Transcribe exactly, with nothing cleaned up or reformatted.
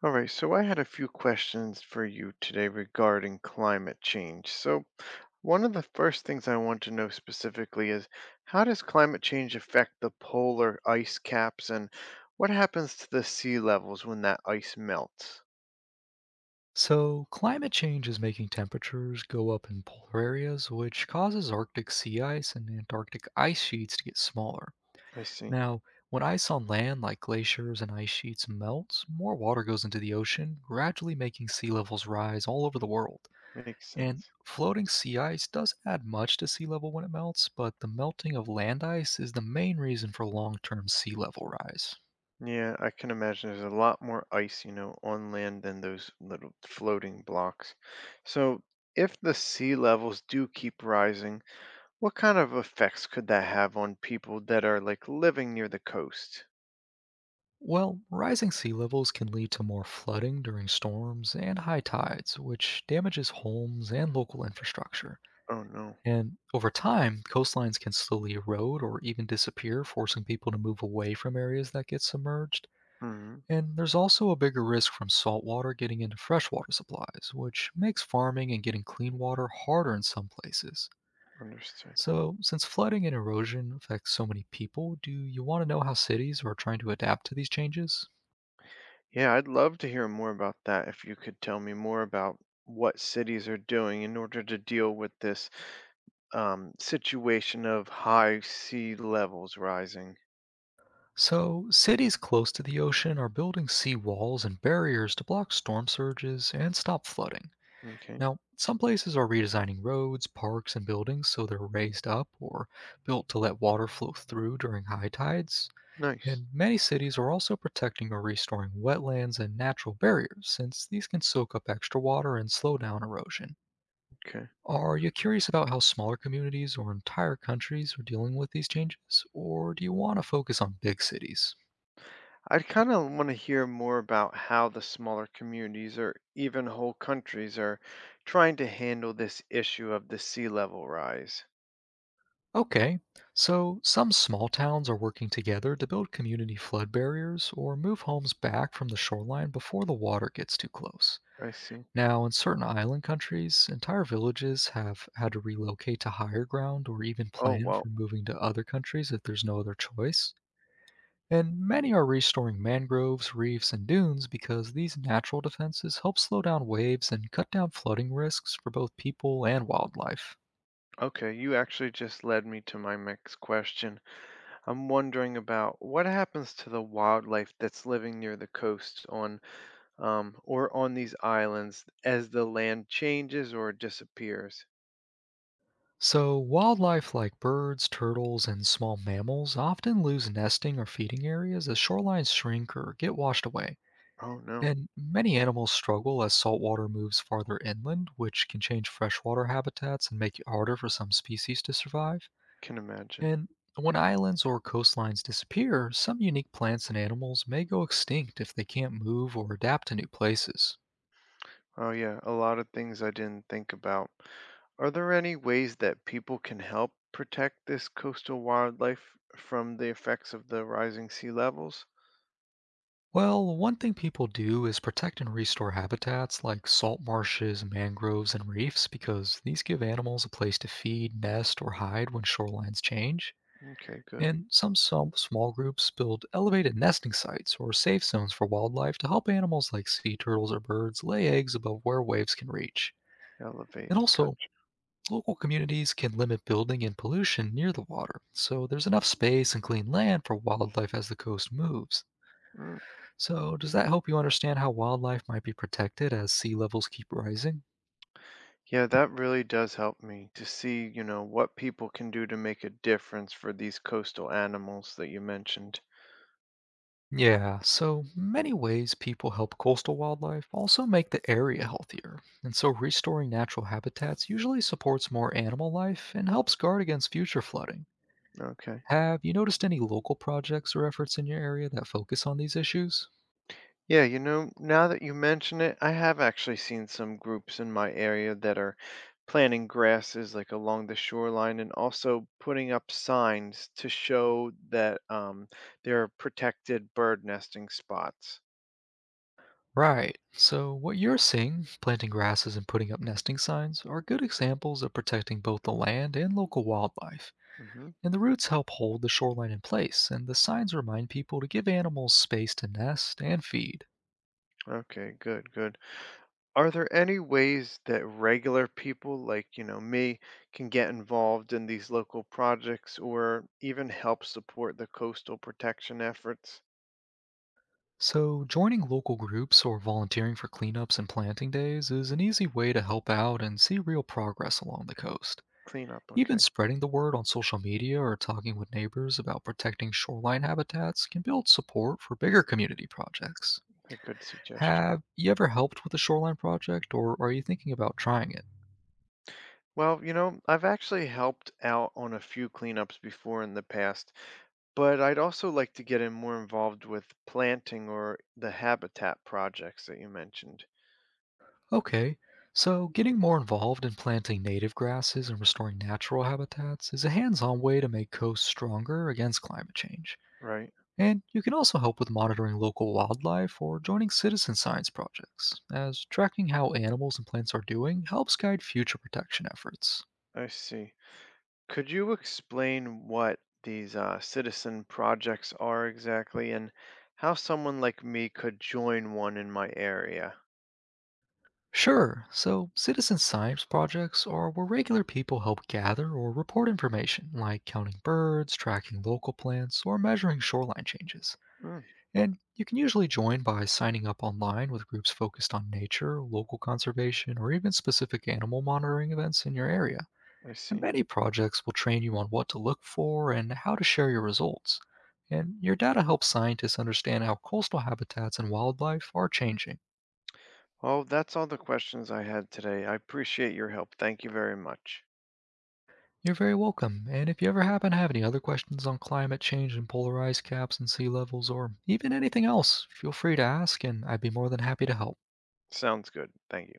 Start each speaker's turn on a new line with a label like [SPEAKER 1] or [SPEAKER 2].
[SPEAKER 1] All right, so I had a few questions for you today regarding climate change. So, one of the first things I want to know specifically is how does climate change affect the polar ice caps and what happens to the sea levels when that ice melts?
[SPEAKER 2] So, climate change is making temperatures go up in polar areas, which causes Arctic sea ice and Antarctic ice sheets to get smaller.
[SPEAKER 1] I see.
[SPEAKER 2] Now, when ice on land, like glaciers and ice sheets, melts, more water goes into the ocean, gradually making sea levels rise all over the world.
[SPEAKER 1] Makes
[SPEAKER 2] And
[SPEAKER 1] sense.
[SPEAKER 2] floating sea ice does add much to sea level when it melts, but the melting of land ice is the main reason for long term sea level rise.
[SPEAKER 1] Yeah, I can imagine there's a lot more ice, you know, on land than those little floating blocks. So, if the sea levels do keep rising, what kind of effects could that have on people that are like living near the coast?
[SPEAKER 2] Well, rising sea levels can lead to more flooding during storms and high tides, which damages homes and local infrastructure.
[SPEAKER 1] Oh no.
[SPEAKER 2] And over time, coastlines can slowly erode or even disappear, forcing people to move away from areas that get submerged.
[SPEAKER 1] Hmm.
[SPEAKER 2] And there's also a bigger risk from salt water getting into freshwater supplies, which makes farming and getting clean water harder in some places.
[SPEAKER 1] Understood.
[SPEAKER 2] So, since flooding and erosion affect so many people, do you want to know how cities are trying to adapt to these changes?
[SPEAKER 1] Yeah, I'd love to hear more about that if you could tell me more about what cities are doing in order to deal with this um, situation of high sea levels rising.
[SPEAKER 2] So, cities close to the ocean are building sea walls and barriers to block storm surges and stop flooding.
[SPEAKER 1] Okay,
[SPEAKER 2] Now, some places are redesigning roads, parks, and buildings so they're raised up or built to let water flow through during high tides.
[SPEAKER 1] nice.
[SPEAKER 2] And many cities are also protecting or restoring wetlands and natural barriers since these can soak up extra water and slow down erosion.
[SPEAKER 1] Okay.
[SPEAKER 2] Are you curious about how smaller communities or entire countries are dealing with these changes, or do you want to focus on big cities?
[SPEAKER 1] I'd kind of want to hear more about how the smaller communities or even whole countries are trying to handle this issue of the sea level rise.
[SPEAKER 2] Okay, so some small towns are working together to build community flood barriers or move homes back from the shoreline before the water gets too close.
[SPEAKER 1] I see.
[SPEAKER 2] Now, in certain island countries, entire villages have had to relocate to higher ground or even
[SPEAKER 1] Oh,
[SPEAKER 2] plan
[SPEAKER 1] well,
[SPEAKER 2] for moving to other countries if there's no other choice. And many are restoring mangroves, reefs, and dunes because these natural defenses help slow down waves and cut down flooding risks for both people and wildlife.
[SPEAKER 1] okay. You actually just led me to my next question. I'm wondering about what happens to the wildlife that's living near the coast on um, or on these islands as the land changes or disappears.
[SPEAKER 2] So, wildlife like birds, turtles, and small mammals often lose nesting or feeding areas as shorelines shrink or get washed away.
[SPEAKER 1] Oh, no.
[SPEAKER 2] And many animals struggle as saltwater moves farther inland, which can change freshwater habitats and make it harder for some species to survive.
[SPEAKER 1] Can imagine.
[SPEAKER 2] And when islands or coastlines disappear, some unique plants and animals may go extinct if they can't move or adapt to new places.
[SPEAKER 1] Oh, yeah. A lot of things I didn't think about. Are there any ways that people can help protect this coastal wildlife from the effects of the rising sea levels?
[SPEAKER 2] Well, one thing people do is protect and restore habitats like salt marshes, mangroves, and reefs because these give animals a place to feed, nest, or hide when shorelines change.
[SPEAKER 1] Okay, good.
[SPEAKER 2] And some, some small groups build elevated nesting sites or safe zones for wildlife to help animals like sea turtles or birds lay eggs above where waves can reach. And
[SPEAKER 1] Elevated. Got.
[SPEAKER 2] also, local communities can limit building and pollution near the water, so there's enough space and clean land for wildlife as the coast moves.
[SPEAKER 1] Mm.
[SPEAKER 2] So, does that help you understand how wildlife might be protected as sea levels keep rising?
[SPEAKER 1] Yeah, that really does help me to see, you know, what people can do to make a difference for these coastal animals that you mentioned.
[SPEAKER 2] Yeah, so many ways people help coastal wildlife also make the area healthier. And so, restoring natural habitats usually supports more animal life and helps guard against future flooding.
[SPEAKER 1] Okay.
[SPEAKER 2] Have you noticed any local projects or efforts in your area that focus on these issues?
[SPEAKER 1] Yeah, you know, now that you mention it, I have actually seen some groups in my area that are planting grasses like along the shoreline and also putting up signs to show that um, there are protected bird nesting spots.
[SPEAKER 2] Right, so what you're seeing, planting grasses and putting up nesting signs, are good examples of protecting both the land and local wildlife.
[SPEAKER 1] Hmm.
[SPEAKER 2] And the roots help hold the shoreline in place, and the signs remind people to give animals space to nest and feed.
[SPEAKER 1] Okay, good, good. Are there any ways that regular people like, you know, me can get involved in these local projects or even help support the coastal protection efforts?
[SPEAKER 2] So, joining local groups or volunteering for cleanups and planting days is an easy way to help out and see real progress along the coast.
[SPEAKER 1] Cleanup,
[SPEAKER 2] Even
[SPEAKER 1] okay.
[SPEAKER 2] spreading the word on social media or talking with neighbors about protecting shoreline habitats can build support for bigger community projects.
[SPEAKER 1] A good suggestion.
[SPEAKER 2] Have you ever helped with a shoreline project, or are you thinking about trying it?
[SPEAKER 1] Well, you know, I've actually helped out on a few cleanups before in the past, but I'd also like to get in more involved with planting or the habitat projects that you mentioned,
[SPEAKER 2] Okay, so getting more involved in planting native grasses and restoring natural habitats is a hands on way to make coasts stronger against climate change.
[SPEAKER 1] right?
[SPEAKER 2] And you can also help with monitoring local wildlife or joining citizen science projects, as tracking how animals and plants are doing helps guide future protection efforts.
[SPEAKER 1] I see. Could you explain what these uh, citizen projects are exactly and how someone like me could join one in my area?
[SPEAKER 2] Sure, so citizen science projects are where regular people help gather or report information, like counting birds, tracking local plants, or measuring shoreline changes.
[SPEAKER 1] Mm.
[SPEAKER 2] And you can usually join by signing up online with groups focused on nature, local conservation, or even specific animal monitoring events in your area.
[SPEAKER 1] I
[SPEAKER 2] And
[SPEAKER 1] see.
[SPEAKER 2] many projects will train you on what to look for and how to share your results. And your data helps scientists understand how coastal habitats and wildlife are changing.
[SPEAKER 1] Well, that's all the questions I had today. I appreciate your help. Thank you very much.
[SPEAKER 2] You're very welcome. And if you ever happen to have any other questions on climate change and polar ice caps and sea levels, or even anything else, feel free to ask, and I'd be more than happy to help.
[SPEAKER 1] Sounds good. Thank you.